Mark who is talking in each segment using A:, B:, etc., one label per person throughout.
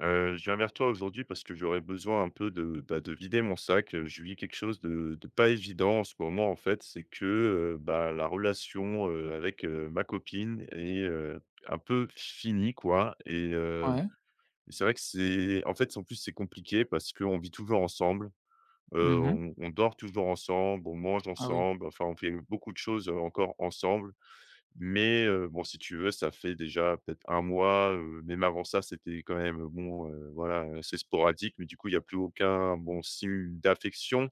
A: Je viens vers toi aujourd'hui parce que j'aurais besoin un peu de, bah, de vider mon sac. Je vis quelque chose de pas évident en ce moment, en fait. C'est que, bah, la relation, avec, ma copine est, un peu finie, quoi et
B: Ouais.
A: c'est vrai que c'est en fait, en plus, c'est compliqué parce qu'on vit toujours ensemble. Heu,
B: Mmh.
A: on on dort toujours ensemble, on mange
B: Ah oui.
A: ensemble, enfin, on fait beaucoup de choses, encore ensemble mais bon, si tu veux, ça fait déjà peut-être un mois, même avant ça, c'était quand même, bon, voilà, assez sporadique, mais du coup, il y a plus aucun bon signe d'affection.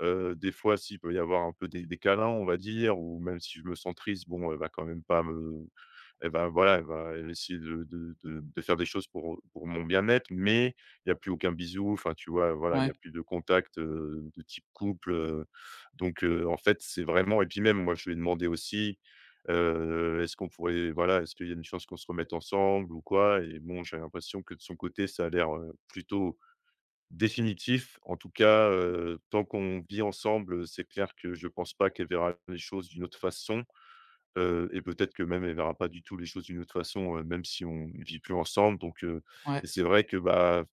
A: Des fois, s'il peut y avoir un peu des câlins, on va dire, ou même si je me sens triste, bon, elle va quand même pas me et ben voilà, elle va elle essayer de faire des choses pour mon bien-être, mais il y a plus aucun bisou, enfin, tu vois? Voilà, il y
B: Ouais,
A: a plus de contact, de type couple, donc, en fait, c'est vraiment et puis même, moi, je lui ai demandé aussi, «Est-ce qu'on pourrait voilà, est-ce qu'il y a une chance qu'on se remette ensemble ou quoi?» Et bon, j'ai l'impression que de son côté, ça a l'air, plutôt définitif. En tout cas, tant qu'on vit ensemble, c'est clair que je pense pas qu'elle verra les choses d'une autre façon. Et peut-être que même elle verra pas du tout les choses d'une autre façon, même si on vit plus ensemble donc et
B: ouais.
A: c'est vrai que, bah,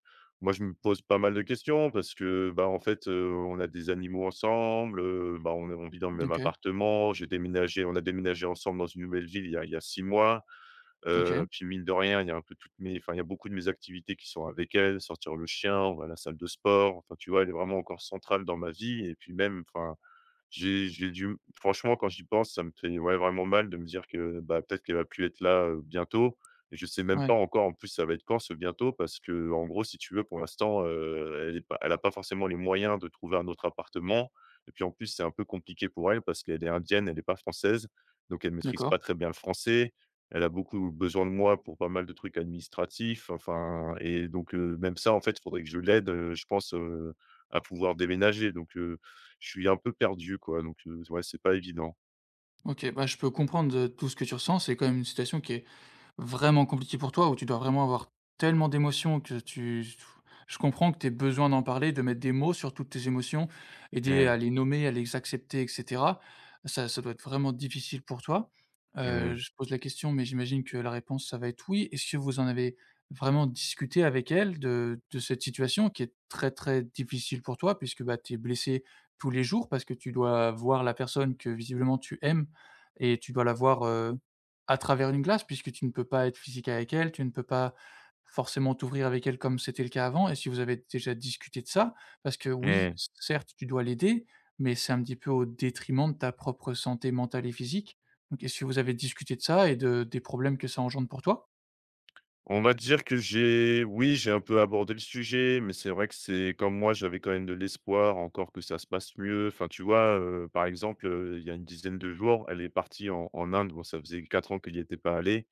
A: moi, je me pose pas mal de questions parce que, bah, en fait, on a des animaux ensemble, bah, on vit dans le même
B: OK,
A: appartement. J'ai déménagé on a déménagé ensemble dans une nouvelle ville il y a 6 mois,
B: OK.
A: puis mine de rien, il y a un peu toutes mes enfin, il y a beaucoup de mes activités qui sont avec elle, sortir le chien, on va à la salle de sport. Enfin, tu vois, elle est vraiment encore centrale dans ma vie et puis même, enfin j'ai du franchement, quand j'y pense, ça me fait, ouais, vraiment mal de me dire que, bah, peut-être qu'elle va plus être là, bientôt et je sais même pas
B: Ouais,
A: encore, en plus, ça va être quand ce bientôt? Parce que en gros, si tu veux, pour l'instant, elle est pas elle a pas forcément les moyens de trouver un autre appartement et puis, en plus, c'est un peu compliqué pour elle parce qu'elle est indienne, elle est pas française, donc elle maîtrise pas
B: d'accord.
A: très bien le français. Elle a beaucoup besoin de moi pour pas mal de trucs administratifs, enfin et donc, même ça, en fait, il faudrait que je l'aide, je pense, à pouvoir déménager donc je suis un peu perdu, quoi, donc, ouais, c'est pas évident.
B: OK, bah, je peux comprendre, tout ce que tu ressens. C'est quand même une situation qui est vraiment compliqué pour toi, où tu dois vraiment avoir tellement d'émotions que tu je comprends que tu aies besoin d'en parler, de mettre des mots sur toutes tes émotions, aider à
A: Mmh.
B: les nommer, à les accepter et cetera. Ça doit être vraiment difficile pour toi.
A: Mmh mh.
B: Je pose la question, mais j'imagine que la réponse, ça va être oui. Est-ce que vous en avez vraiment discuté avec elle de cette situation qui est très, très difficile pour toi puisque, bah, tu es blessé tous les jours parce que tu dois voir la personne que visiblement tu aimes et tu dois la voir, à travers une glace puisque tu ne peux pas être physique avec elle, tu ne peux pas forcément t'ouvrir avec elle comme c'était le cas avant et si vous avez déjà discuté de ça? Parce que oui,
A: Mmh.
B: c certes, tu dois l'aider, mais c'est un petit peu au détriment de ta propre santé mentale et physique. Donc est-ce que vous avez discuté de ça et de des problèmes que ça engendre pour toi?
A: On va dire que j'ai oui, j'ai un peu abordé le sujet, mais c'est vrai que c'est comme moi, j'avais quand même de l'espoir encore que ça se passe mieux. Enfin, tu vois, par exemple, il y a une dizaine de jours, elle est partie en Inde. Bon, ça faisait 4 ans qu'elle n'y était pas allée.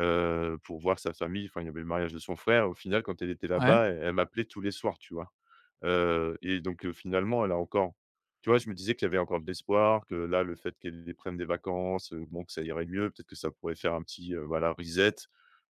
A: Pour voir sa famille. Enfin, il y avait le mariage de son frère. Au final, quand elle était
B: Mmh. Ouais.
A: là-bas, elle m'appelait tous les soirs, tu vois? Et donc, finalement, elle a encore tu vois, je me disais qu'il y avait encore de l'espoir, que là, le fait qu'elle prenne des vacances, bon, que ça irait mieux, peut-être que ça pourrait faire un petit, voilà, reset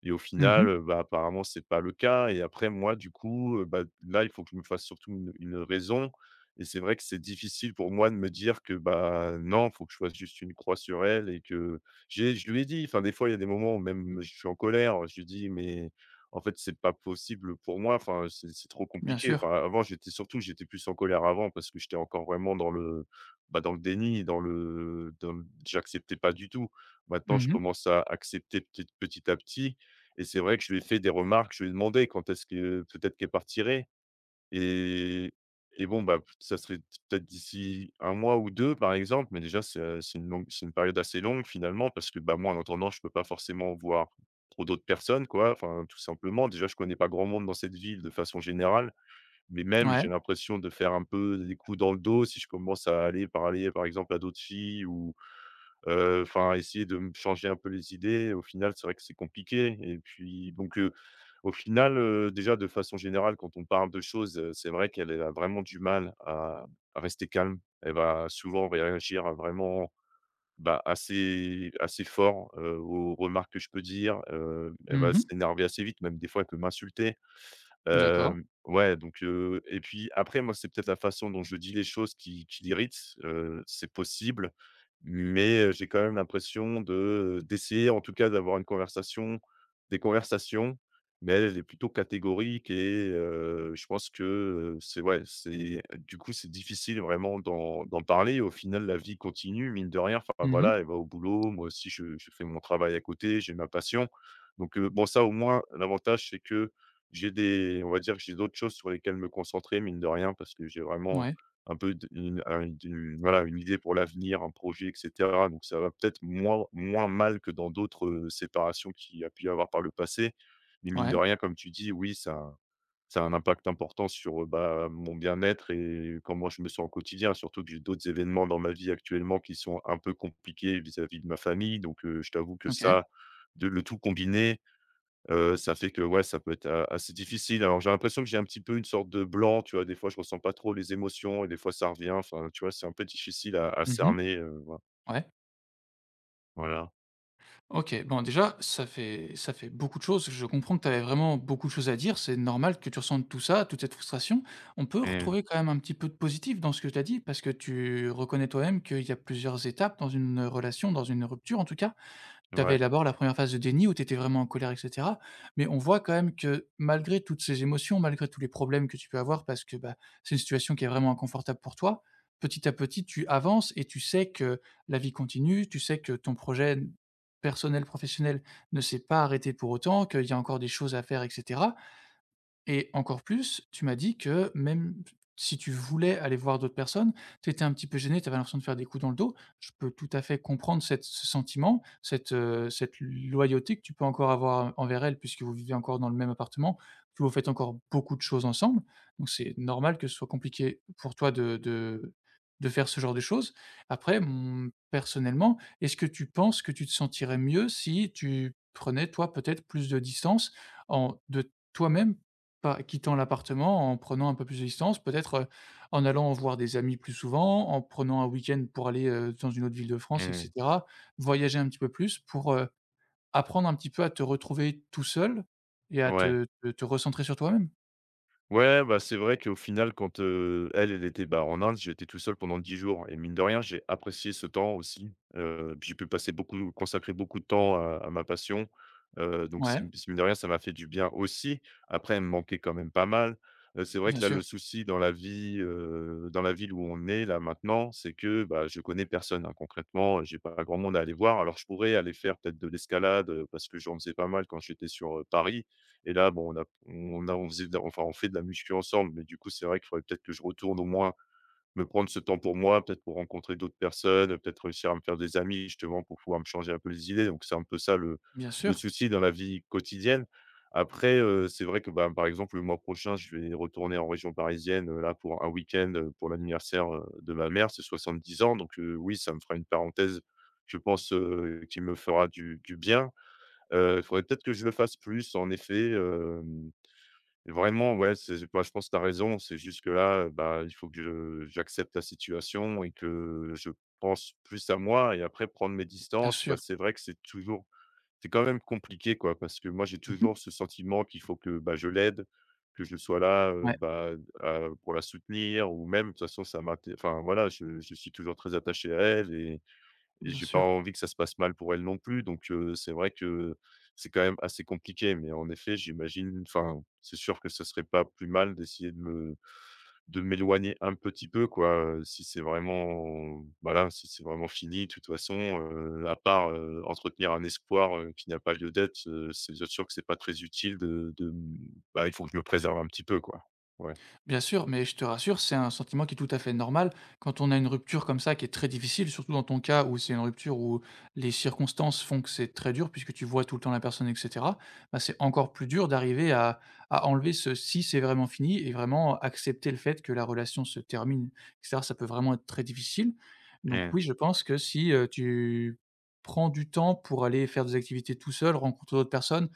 A: et au
B: Mmh
A: final,
B: mh.
A: bah, apparemment, c'est pas le cas et après moi, du coup, bah, là, il faut que je me fasse surtout une raison et c'est vrai que c'est difficile pour moi de me dire que, bah, non, faut que je fasse juste une croix sur elle et que j'ai je lui ai dit, enfin, des fois, il y a des moments où même je suis en colère, je lui dis: «Mais en fait, c'est pas possible pour moi, enfin, c'est trop
B: Bien
A: compliqué».
B: sûr.
A: Enfin, avant, j'étais surtout j'étais plus en colère avant parce que j'étais encore vraiment dans le, bah, dans le déni, dans le j'acceptais pas du tout. Maintenant, je
B: Mmh mh.
A: commence à accepter petit à petit et c'est vrai que je lui ai fait des remarques, je lui ai demandé quand est-ce que peut-être qu'elle partirait. Et et bon, bah, ça serait peut-être d'ici un mois ou 2, par exemple, mais déjà c'est une longue c'est une période assez longue finalement parce que, bah, moi en attendant je peux pas forcément voir trop d'autres personnes quoi, enfin tout simplement. Déjà je connais pas grand monde dans cette ville de façon générale, mais même j'ai
B: Ouais.
A: l'impression de faire un peu des coups dans le dos si je commence à aller parler par exemple à d'autres filles ou enfin essayer de me changer un peu les idées. Au final, c'est vrai que c'est compliqué et puis donc, au final, déjà de façon générale quand on parle de choses, c'est vrai qu'elle, elle a vraiment du mal à rester calme. Elle va souvent réagir à vraiment, bah, assez fort, aux remarques que je peux dire, elle
B: Mmh
A: va
B: mh.
A: s'énerver assez vite, même des fois elle peut m'insulter.
B: D'accord.
A: Hem, ouais, donc et puis après, moi, c'est peut-être la façon dont je dis les choses qui l'irrite, c'est possible, mais j'ai quand même l'impression de, d'essayer en tout cas d'avoir une conversation des conversations, mais elle, elle est plutôt catégorique et je pense que, c'est ouais, c'est du coup, c'est difficile vraiment d'en parler. Au final, la vie continue, mine de rien. Enfin,
B: Mmh mh.
A: voilà, elle va au boulot, moi aussi je fais mon travail à côté, j'ai ma passion, donc, bon ça, au moins, l'avantage, c'est que j'ai des on va dire que j'ai d'autres choses sur lesquelles me concentrer, mine de rien, parce que j'ai vraiment
B: Ouais,
A: un peu d une un du voilà, une idée pour l'avenir, un projet et cetera. Donc ça va peut-être moins mal que dans d'autres, séparations qu'il y a pu y avoir par le passé. Mais mine de
B: ouais.
A: rien, comme tu dis, oui, ça a un impact important sur, bah, mon bien-être et comment je me sens au quotidien. Surtout que j'ai d'autres événements dans ma vie actuellement qui sont un peu compliqués vis-à-vis de ma famille. Donc, je t'avoue que
B: OK.
A: ça, de le tout combiné ça fait que, ouais, ça peut être a assez difficile. Alors, j'ai l'impression que j'ai un petit peu une sorte de blanc, tu vois? Des fois, je ressens pas trop les émotions et des fois, ça revient. Enfin, tu vois, c'est un peu difficile à
B: Mmh mh.
A: cerner,
B: Ouais.
A: voilà.
B: OK, bon déjà, ça fait beaucoup de choses. Je comprends que tu avais vraiment beaucoup de choses à dire. C'est normal que tu ressentes tout ça, toute cette frustration. On peut
A: Mmh.
B: retrouver quand même un petit peu de positif dans ce que tu as dit, parce que tu reconnais toi-même qu'il y a plusieurs étapes dans une relation, dans une rupture en tout cas. Tu avais
A: Ouais.
B: d'abord la première phase de déni où tu étais vraiment en colère et cetera, mais on voit quand même que malgré toutes ces émotions, malgré tous les problèmes que tu peux avoir parce que, bah, c'est une situation qui est vraiment inconfortable pour toi, petit à petit tu avances et tu sais que la vie continue, tu sais que ton projet personnel, professionnel ne s'est pas arrêté pour autant, qu'il y a encore des choses à faire etc. Et encore plus, tu m'as dit que même si tu voulais aller voir d'autres personnes, tu étais un petit peu gêné, tu avais l'impression de faire des coups dans le dos. Je peux tout à fait comprendre cette ce sentiment, cette, cette loyauté que tu peux encore avoir envers elle puisque vous vivez encore dans le même appartement, que vous faites encore beaucoup de choses ensemble. Donc c'est normal que ce soit compliqué pour toi de faire ce genre de choses. Après, mmh, personnellement, est-ce que tu penses que tu te sentirais mieux si tu prenais toi peut-être plus de distance en de toi-même pas quittant l'appartement, en prenant un peu plus de distance, peut-être, en allant voir des amis plus souvent, en prenant un week-end pour aller, dans une autre ville de France et
A: Mmh.
B: cetera. Voyager un petit peu plus pour, apprendre un petit peu à te retrouver tout seul et à
A: Ouais.
B: te recentrer sur toi-même.
A: Ouais, bah, c'est vrai qu'au final, quand, elle, elle était, bah, en Inde, j'étais tout seul pendant 10 jours et mine de rien, j'ai apprécié ce temps aussi, puis j'ai pu passer beaucoup consacrer beaucoup de temps à ma passion, heu, donc c'est
B: Ouais,
A: c'est mine de rien, ça m'a fait du bien aussi. Après, elle me manquait quand même pas mal, c'est vrai
B: bien
A: que là,
B: sûr,
A: le souci dans la vie, dans la ville où on est là maintenant, c'est que, bah, je connais personne, hein. Concrètement, j'ai pas grand monde à aller voir. Alors je pourrais aller faire peut-être de l'escalade, parce que j'en faisais pas mal quand j'étais sur, Paris, et là, bon, on faisait de la enfin, on fait de la muscu ensemble, mais du coup, c'est vrai qu'il faudrait peut-être que je retourne au moins me prendre ce temps pour moi, peut-être pour rencontrer d'autres personnes, peut-être réussir à me faire des amis justement pour pouvoir me changer un peu les idées. Donc c'est un peu ça
B: bien
A: le
B: sûr,
A: souci dans la vie quotidienne. Après, c'est vrai que, bah, par exemple, le mois prochain, je vais retourner en région parisienne, là pour un week-end, pour l'anniversaire, de ma mère, c'est 70 ans. Donc, oui, ça me fera une parenthèse, je pense, qui me fera du bien. Il faudrait peut-être que je le fasse plus en effet, hem, vraiment ouais, c'est bah, je pense que tu as raison, c'est juste que là, bah, il faut que je j'accepte la situation et que je pense plus à moi et après prendre mes
B: bien
A: distances,
B: sûr.
A: bah, c'est vrai que c'est toujours c'est quand même compliqué quoi, parce que moi j'ai
B: Mmh.
A: toujours ce sentiment qu'il faut que, bah, je l'aide, que je sois là,
B: Ouais,
A: bah, à pour la soutenir ou même de toute façon ça m'inté enfin voilà, je suis toujours très attaché à elle et
B: bien
A: j'ai pas
B: sûr.
A: envie que ça se passe mal pour elle non plus. Donc, c'est vrai que c'est quand même assez compliqué. Mais en effet, j'imagine enfin, c'est sûr que ce serait pas plus mal d'essayer de me de m'éloigner un petit peu, quoi, si c'est vraiment voilà, si c'est vraiment fini, de toute façon, à part, entretenir un espoir, qui n'a pas lieu d'être, c'est bien sûr que c'est pas très utile de, mmh, bah, il faut que je me préserve un petit peu, quoi. Ouais.
B: Bien sûr, mais je te rassure, c'est un sentiment qui est tout à fait normal. Quand on a une rupture comme ça qui est très difficile, surtout dans ton cas où c'est une rupture où les circonstances font que c'est très dur puisque tu vois tout le temps la personne, et cetera, bah, c'est encore plus dur d'arriver à enlever ce «si c'est vraiment fini» et vraiment accepter le fait que la relation se termine, et cetera. Ça peut vraiment être très difficile. Donc
A: Mmh.
B: oui, je pense que si, tu prends du temps pour aller faire des activités tout seul, rencontrer d'autres personnes,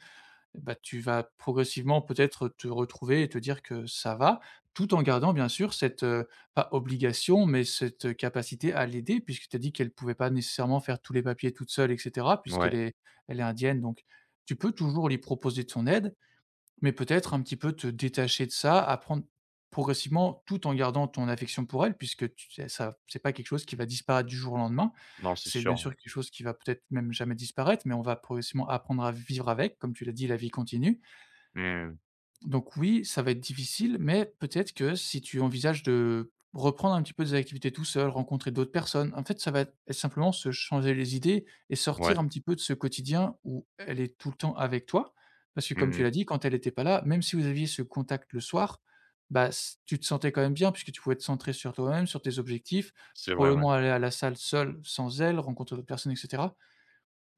B: bah, tu vas progressivement peut-être te retrouver et te dire que ça va, tout en gardant bien sûr cette, pas obligation, mais cette, capacité à l'aider puisque tu as dit qu'elle ne pouvait pas nécessairement faire tous les papiers toute seule et cetera puisqu'elle
A: Ouais.
B: est elle est indienne donc tu peux toujours lui proposer de son aide mais peut-être un petit peu te détacher de ça, apprendre progressivement tout en gardant ton affection pour elle puisque tu sais ça c'est pas quelque chose qui va disparaître du jour au lendemain.
A: Non, c'est
B: C'est bien
A: sûr, ouais.
B: sûr quelque chose qui va peut-être même jamais disparaître, mais on va progressivement apprendre à vivre avec, comme tu l'as dit, la vie continue
A: Mmh.
B: donc oui, ça va être difficile, mais peut-être que si tu envisages de reprendre un petit peu des activités tout seul, rencontrer d'autres personnes, en fait, ça va être simplement se changer les idées et
A: Ouais.
B: sortir un petit peu de ce quotidien où elle est tout le temps avec toi. Parce que comme tu
A: Mmh.
B: l'as dit, quand elle n'était pas là, même si vous aviez ce contact le soir, bah, s- tu te sentais quand même bien puisque tu pouvais te centrer sur toi-même, sur tes objectifs,
A: C'est vrai, ouais.
B: probablement aller à la salle seul, sans elle, rencontrer d'autres personnes, etc.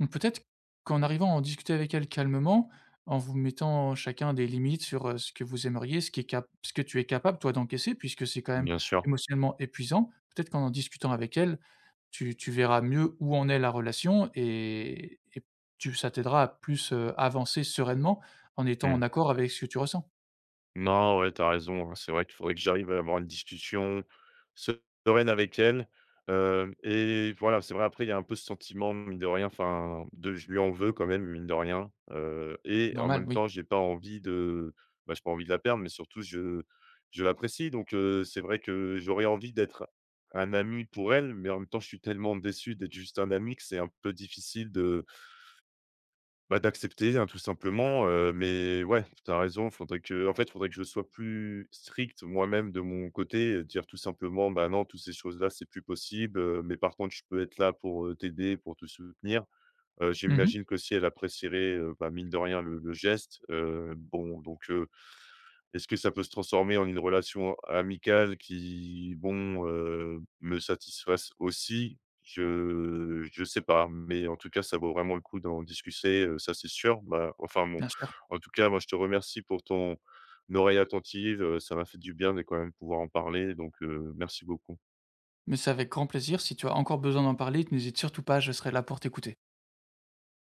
B: Donc peut-être qu'en arrivant à en discuter avec elle calmement, en vous mettant chacun des limites sur, ce que vous aimeriez, ce qui est cap ce que tu es capable toi d'encaisser puisque c'est quand même
A: Bien sûr.
B: émotionnellement épuisant. Peut-être qu'en en discutant avec elle, tu verras mieux où en est la relation et tu ça t'aidera à plus, avancer sereinement en étant
A: Mmh.
B: en accord avec ce que tu ressens.
A: Non, ouais, t'as raison, hein. C'est vrai qu'il faudrait que j'arrive à avoir une discussion sereine avec elle, hem et voilà, c'est vrai, après, il y a un peu ce sentiment, mine de rien, enfin, de je lui en veux quand même, mine de rien, et en
B: Normal,
A: même
B: oui.
A: temps, j'ai pas envie de bah, j'ai pas envie de la perdre, mais surtout, je l'apprécie donc, c'est vrai que j'aurais envie d'être un ami pour elle, mais en même temps, je suis tellement déçu d'être juste un ami que c'est un peu difficile de bah, d'accepter, hein, tout simplement, mais ouais, tu as raison, faudrait que en fait, faudrait que je sois plus strict moi-même de mon côté, dire tout simplement: «Bah, non, toutes ces choses-là, c'est plus possible, mais par contre, je peux être là pour, t'aider, pour te soutenir». Heu,
B: Mmh.
A: j'imagine que si elle apprécierait, bah, mine de rien le le geste, bon donc est-ce que ça peut se transformer en une relation amicale qui, bon, me satisfasse aussi? Je sais pas, mais en tout cas, ça vaut vraiment le coup d'en discuter, ça, c'est sûr. Bah, enfin, bon,
B: Bien sûr.
A: en tout cas, moi, je te remercie pour ton oreille attentive, ça m'a fait du bien de quand même pouvoir en parler, donc, merci beaucoup.
B: Mais c'est avec grand plaisir, si tu as encore besoin d'en parler, n'hésite surtout pas, je serai là pour t'écouter.